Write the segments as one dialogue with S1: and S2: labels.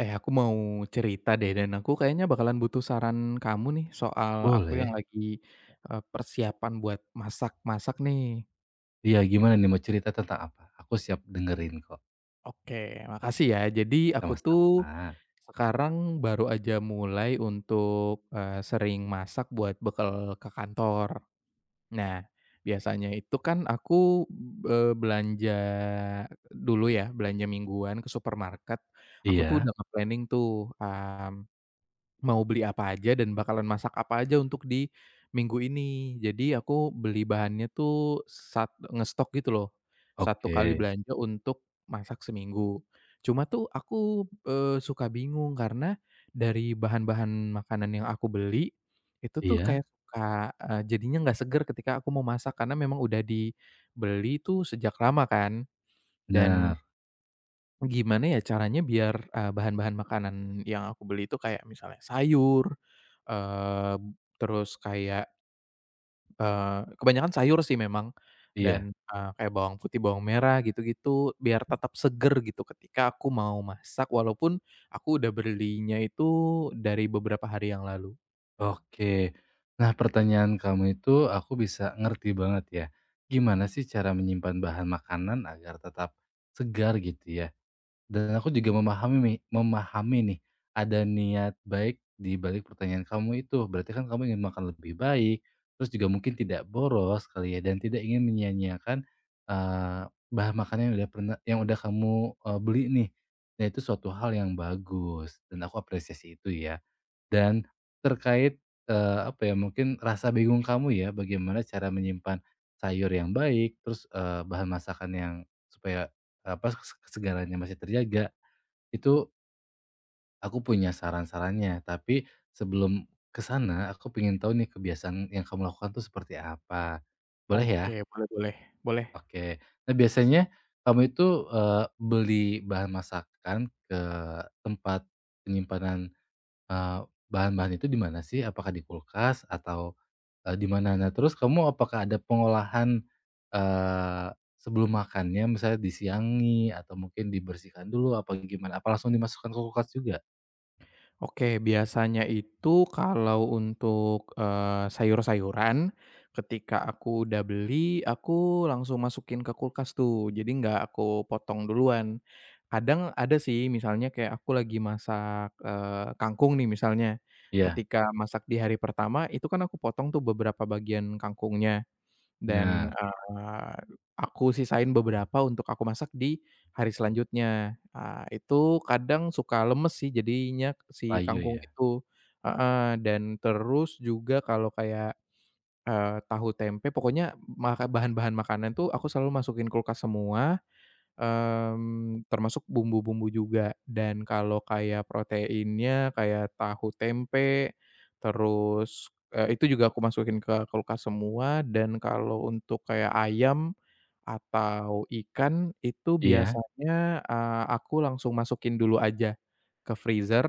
S1: Eh, aku mau cerita deh dan aku kayaknya bakalan butuh saran kamu nih soal aku yang
S2: Boleh.
S1: lagi, persiapan buat masak-masak nih.
S2: Iya, gimana nih, mau cerita tentang apa? Aku siap dengerin kok,
S1: Oke, makasih ya. Jadi aku tuh
S2: sama-sama.
S1: sekarang baru aja mulai untuk, sering masak buat bekal ke kantor. Nah, biasanya itu kan aku, belanja dulu ya, belanja mingguan ke supermarket, aku tuh
S2: Iya,
S1: udah nge-planning tuh, mmm mau beli apa aja dan bakalan masak apa aja untuk di minggu ini. Jadi aku beli bahannya tuh sat ngestok gitu loh, satu kali
S2: oke.
S1: belanja untuk masak seminggu. Cuma tuh aku, suka bingung karena dari bahan-bahan makanan yang aku beli, itu tuh
S2: Iya,
S1: kayak suka, jadinya nggak seger ketika aku mau masak karena memang udah dibeli tuh sejak lama kan dan
S2: bener.
S1: gimana ya caranya biar, bahan-bahan makanan yang aku beli itu kayak misalnya sayur, eee, terus kayak, kebanyakan sayur sih memang
S2: Iya,
S1: dan, kayak bawang putih, bawang merah gitu-gitu biar tetap seger gitu ketika aku mau masak walaupun aku udah belinya itu dari beberapa hari yang lalu.
S2: oke. Nah, pertanyaan kamu itu aku bisa ngerti banget ya. Gimana sih cara menyimpan bahan makanan agar tetap segar gitu ya? Dan aku juga memahami memahami nih, ada niat baik di balik pertanyaan kamu itu. Berarti kan kamu ingin makan lebih baik, terus juga mungkin tidak boros kali ya, dan tidak ingin menyia-nyiakan, eee, bahan makanan yang udah pernah yang udah kamu, beli nih. Nah, itu suatu hal yang bagus dan aku apresiasi itu ya. Dan terkait, apa ya, mungkin rasa bingung kamu ya, bagaimana cara menyimpan sayur yang baik, terus, bahan masakan yang supaya, apa, kesegarannya masih terjaga, itu aku punya saran-sarannya. Tapi sebelum ke sana, aku pengen tahu nih kebiasaan yang kamu lakukan tuh seperti apa? Boleh ya?
S1: Oke, boleh boleh, boleh.
S2: Oke. Nah, biasanya kamu itu, beli bahan masakan ke tempat penyimpanan. Bahan-bahan itu di mana sih? Apakah di kulkas atau, di mana? Nah, terus kamu apakah ada pengolahan, eee, sebelum makannya misalnya disiangi atau mungkin dibersihkan dulu apa gimana? Apa langsung dimasukkan ke kulkas juga?
S1: Oke, biasanya itu kalau untuk, sayur-sayuran, ketika aku udah beli, aku langsung masukin ke kulkas tuh, jadi nggak aku potong duluan. Kadang ada sih misalnya kayak aku lagi masak, kangkung nih misalnya,
S2: Iya,
S1: ketika masak di hari pertama, itu kan aku potong tuh beberapa bagian kangkungnya. Dan,
S2: bener,
S1: aku sisain beberapa untuk aku masak di hari selanjutnya. Ah, itu kadang suka lemes sih jadinya si
S2: layu
S1: kangkung
S2: ya?
S1: itu heeh, dan terus juga kalau kayak, tahu tempe pokoknya maka bahan-bahan makanan tuh aku selalu masukin kulkas semua. Mmm, termasuk bumbu-bumbu juga dan kalau kayak proteinnya kayak tahu tempe, terus, itu juga aku masukin ke kulkas semua dan kalau untuk kayak ayam atau ikan itu
S2: Iya?
S1: biasanya, aku langsung masukin dulu aja ke freezer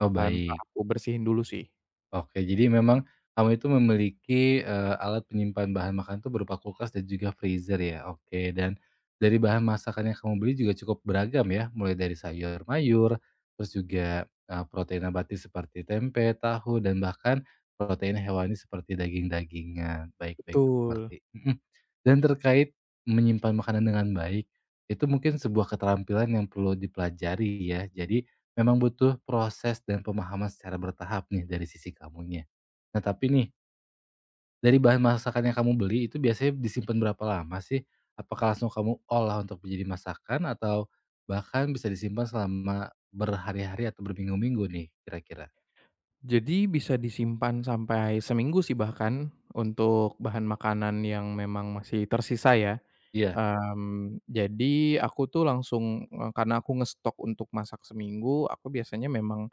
S2: Oh,
S1: tanpa
S2: baik.
S1: aku bersihin dulu sih.
S2: Oke, jadi memang kamu itu memiliki, alat penyimpan bahan makanan tuh berupa kulkas dan juga freezer ya? Oke, dan dari bahan masakan yang kamu beli juga cukup beragam ya? Mulai dari sayur mayur, terus juga, protein nabati seperti tempe, tahu, dan bahkan protein hewani seperti daging-dagingan. Baik baik, aku
S1: Betul.
S2: ngerti. Mhm. Dan terkait menyimpan makanan dengan baik, itu mungkin sebuah keterampilan yang perlu dipelajari ya. Jadi memang butuh proses dan pemahaman secara bertahap nih dari sisi kamunya. Nah tapi nih, dari bahan masakan yang kamu beli itu biasanya disimpan berapa lama sih? Apakah langsung kamu olah untuk menjadi masakan atau bahkan bisa disimpan selama berhari-hari atau berminggu-minggu nih kira-kira?
S1: Jadi bisa disimpan sampai seminggu sih bahkan untuk bahan makanan yang memang masih tersisa ya.
S2: Iya?
S1: Mmm, jadi aku tuh langsung, karena aku ngestok untuk masak seminggu, aku biasanya memang,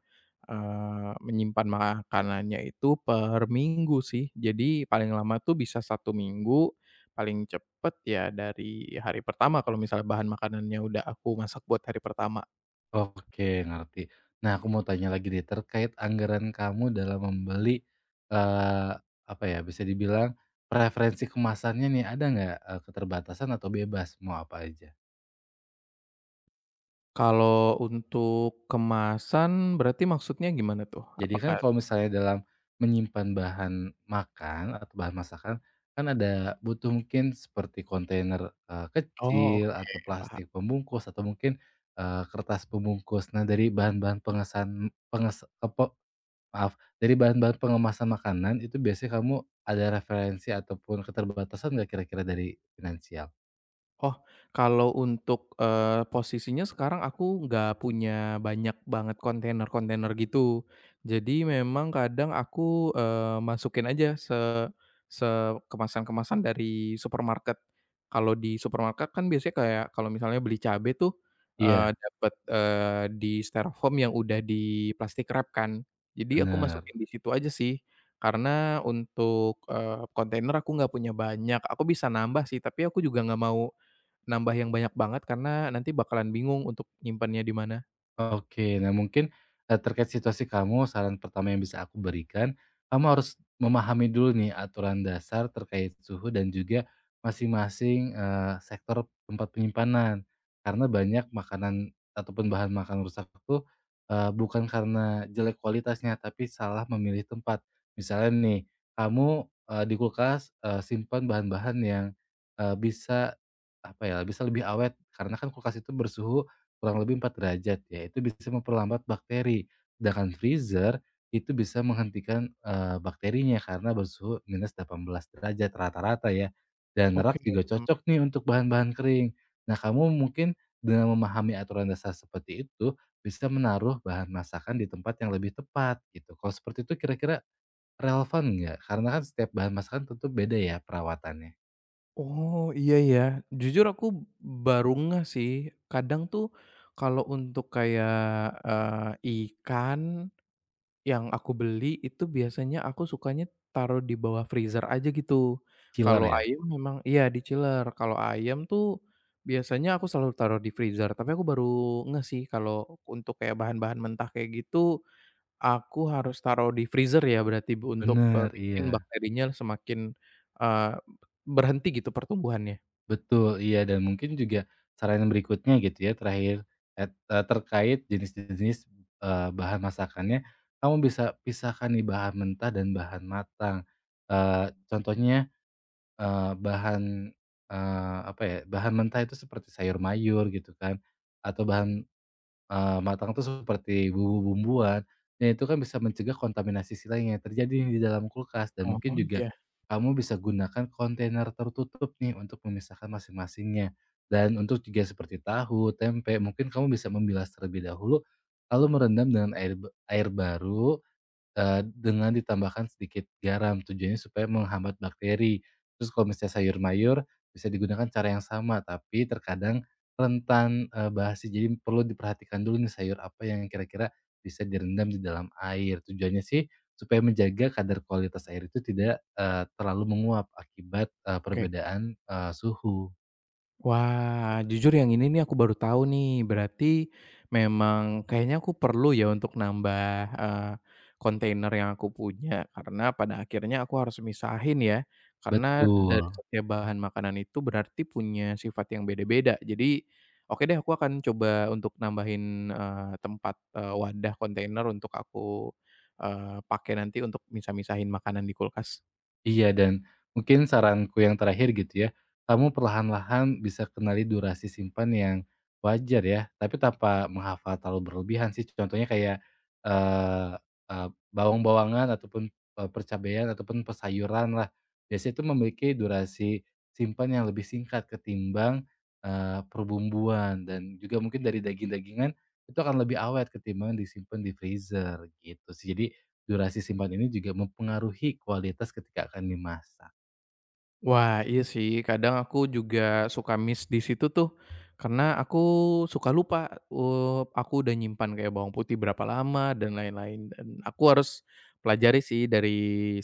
S1: menyimpan makanannya itu per minggu sih. Jadi paling lama tuh bisa satu minggu, paling cepet ya dari hari pertama kalau misalnya bahan makanannya udah aku masak buat hari pertama.
S2: Oke ngerti. Nah aku mau tanya lagi deh terkait anggaran kamu dalam membeli, eee, apa ya, bisa dibilang preferensi kemasannya nih ada nggak, keterbatasan atau bebas, mau apa aja?
S1: Kalau untuk kemasan berarti maksudnya gimana tuh?
S2: Jadi kan
S1: Apakah
S2: kalau misalnya dalam menyimpan bahan makan atau bahan masakan, kan ada butuh mungkin seperti kontainer,
S1: oh
S2: kecil atau
S1: oke, paham.
S2: plastik pembungkus atau mungkin, kertas pembungkus. Nah dari bahan-bahan pengesan penges kepo maaf, dari bahan-bahan pengemasan makanan itu biasanya kamu ada referensi ataupun keterbatasan nggak kira-kira dari finansial?
S1: Oh, kalau untuk, posisinya sekarang aku nggak punya banyak banget kontainer-kontainer gitu. Jadi memang kadang aku, masukin aja se se kemasan-kemasan dari supermarket. Kalau di supermarket kan biasanya kayak kalau misalnya beli cabe tuh,
S2: Iya,
S1: dapet, di styrofoam yang udah di plastik wrap kan. Jadi aku
S2: benar.
S1: masukin di situ aja sih, karena untuk, kontainer aku nggak punya banyak. Aku bisa nambah sih, tapi aku juga nggak mau nambah yang banyak banget karena nanti bakalan bingung untuk nyimpannya di mana.
S2: Oke. Nah mungkin, terkait situasi kamu saran pertama yang bisa aku berikan, kamu harus memahami dulu nih aturan dasar terkait suhu dan juga masing-masing, sektor tempat penyimpanan. Karena banyak makanan ataupun bahan makan rusak itu, bukan karena jelek kualitasnya, tapi salah memilih tempat. Misalnya nih, kamu, di kulkas, simpan bahan-bahan yang, bisa, apa ya, bisa lebih awet, karena kan kulkas itu bersuhu kurang lebih 4 derajat ya, itu bisa memperlambat bakteri. Sedangkan freezer itu bisa menghentikan, bakterinya karena bersuhu minus 18 derajat rata-rata ya, dan
S1: Oke,
S2: rak juga
S1: paham.
S2: cocok nih untuk bahan-bahan kering. Nah, kamu mungkin dengan memahami aturan dasar seperti itu, bisa menaruh bahan masakan di tempat yang lebih tepat gitu. Kalau seperti itu kira-kira relevan nggak? Karena kan setiap bahan masakan tentu beda ya perawatannya.
S1: Oh, iya ya. Jujur aku baru ngeh sih, kadang tuh kalau untuk kayak, eee, ikan yang aku beli itu biasanya aku sukanya taruh di bawah freezer aja gitu.
S2: Killer
S1: Kalau
S2: ya?
S1: ayam memang iya diceler, kalau ayam tuh biasanya aku selalu taruh di freezer, tapi aku baru ngeh sih kalau untuk kayak bahan-bahan mentah kayak gitu aku harus taruh di freezer ya berarti Bu untuk,
S2: Bener,
S1: bikin
S2: iya.
S1: bakterinya semakin, eee, berhenti gitu pertumbuhannya?
S2: Betul, iya, dan mungkin juga saran berikutnya gitu ya, terakhir, terkait jenis-jenis, bahan masakannya, kamu bisa pisahkan nih bahan mentah dan bahan matang. Contohnya, bahan, apa ya, bahan mentah itu seperti sayur mayur gitu kan, atau bahan. Matang tuh seperti bumbu-bumbuan, dan itu kan bisa mencegah kontaminasi silang yang terjadi di dalam kulkas dan
S1: Oh
S2: mungkin juga
S1: iya,
S2: kamu bisa gunakan kontainer tertutup nih untuk memisahkan masing-masingnya. Dan untuk juga seperti tahu, tempe, mungkin kamu bisa membilas terlebih dahulu lalu merendam dengan air air baru. Dengan ditambahkan sedikit garam, tujuannya supaya menghambat bakteri. Terus kalau misalnya sayur mayur, bisa digunakan cara yang sama, tapi terkadang rentan, basi. Jadi perlu diperhatikan dulu nih sayur apa yang kira-kira bisa direndam di dalam air. Tujuannya sih supaya menjaga kadar kualitas air itu tidak, terlalu menguap akibat,
S1: oke.
S2: perbedaan, suhu.
S1: Wah, jujur yang ini nih aku baru tahu nih. Berarti memang kayaknya aku perlu ya untuk nambah, eee, kontainer yang aku punya. Karena pada akhirnya aku harus misahin ya. Karena dari
S2: Betul.
S1: setiap bahan makanan itu berarti punya sifat yang beda-beda. Jadi, oke deh aku akan coba untuk nambahin, tempat, wadah kontainer untuk aku, pakai nanti untuk misah-misahin makanan di kulkas.
S2: Iya, dan mungkin saranku yang terakhir gitu ya, kamu perlahan-lahan bisa kenali durasi simpan yang wajar ya, tapi tanpa menghafal terlalu berlebihan sih. Contohnya kayak, eee eee, bawang-bawangan ataupun, percabaian ataupun sayuran lah. Biasanya itu memiliki durasi simpan yang lebih singkat ketimbang, perbumbuan dan juga mungkin dari daging-dagingan itu akan lebih awet ketimbang disimpan di freezer gitu sih. Jadi durasi simpan ini juga mempengaruhi kualitas ketika akan dimasak.
S1: Wah, iya sih, kadang aku juga suka miss di situ tuh, karena aku suka lupa, aku udah nyimpan kayak bawang putih berapa lama dan lain-lain, dan aku harus pelajari sih dari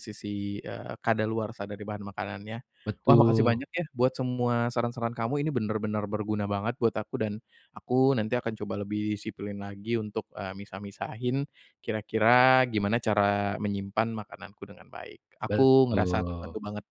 S1: sisi, kadaluarsa dari bahan makanannya. Wah, makasih
S2: Betul
S1: banyak ya buat semua saran-saran kamu, ini bener-bener berguna banget buat aku dan aku nanti akan coba lebih disiplin lagi untuk, misah-misahin kira-kira gimana cara menyimpan makananku dengan baik. Aku ngerasa terbantu
S2: betul.
S1: banget.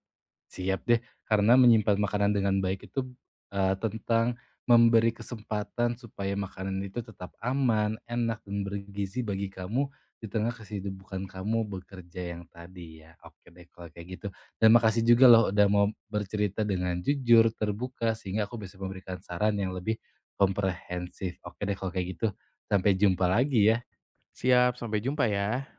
S2: Siap deh, karena menyimpan makanan dengan baik itu, tentang memberi kesempatan supaya makanan itu tetap aman, enak, dan bergizi bagi kamu di tengah kesibukan kamu bekerja yang tadi ya. Oke deh kalau kayak gitu. Dan makasih juga loh udah mau bercerita dengan jujur, terbuka, sehingga aku bisa memberikan saran yang lebih komprehensif. Oke deh kalau kayak gitu, sampai jumpa lagi ya.
S1: Siap, sampai jumpa ya.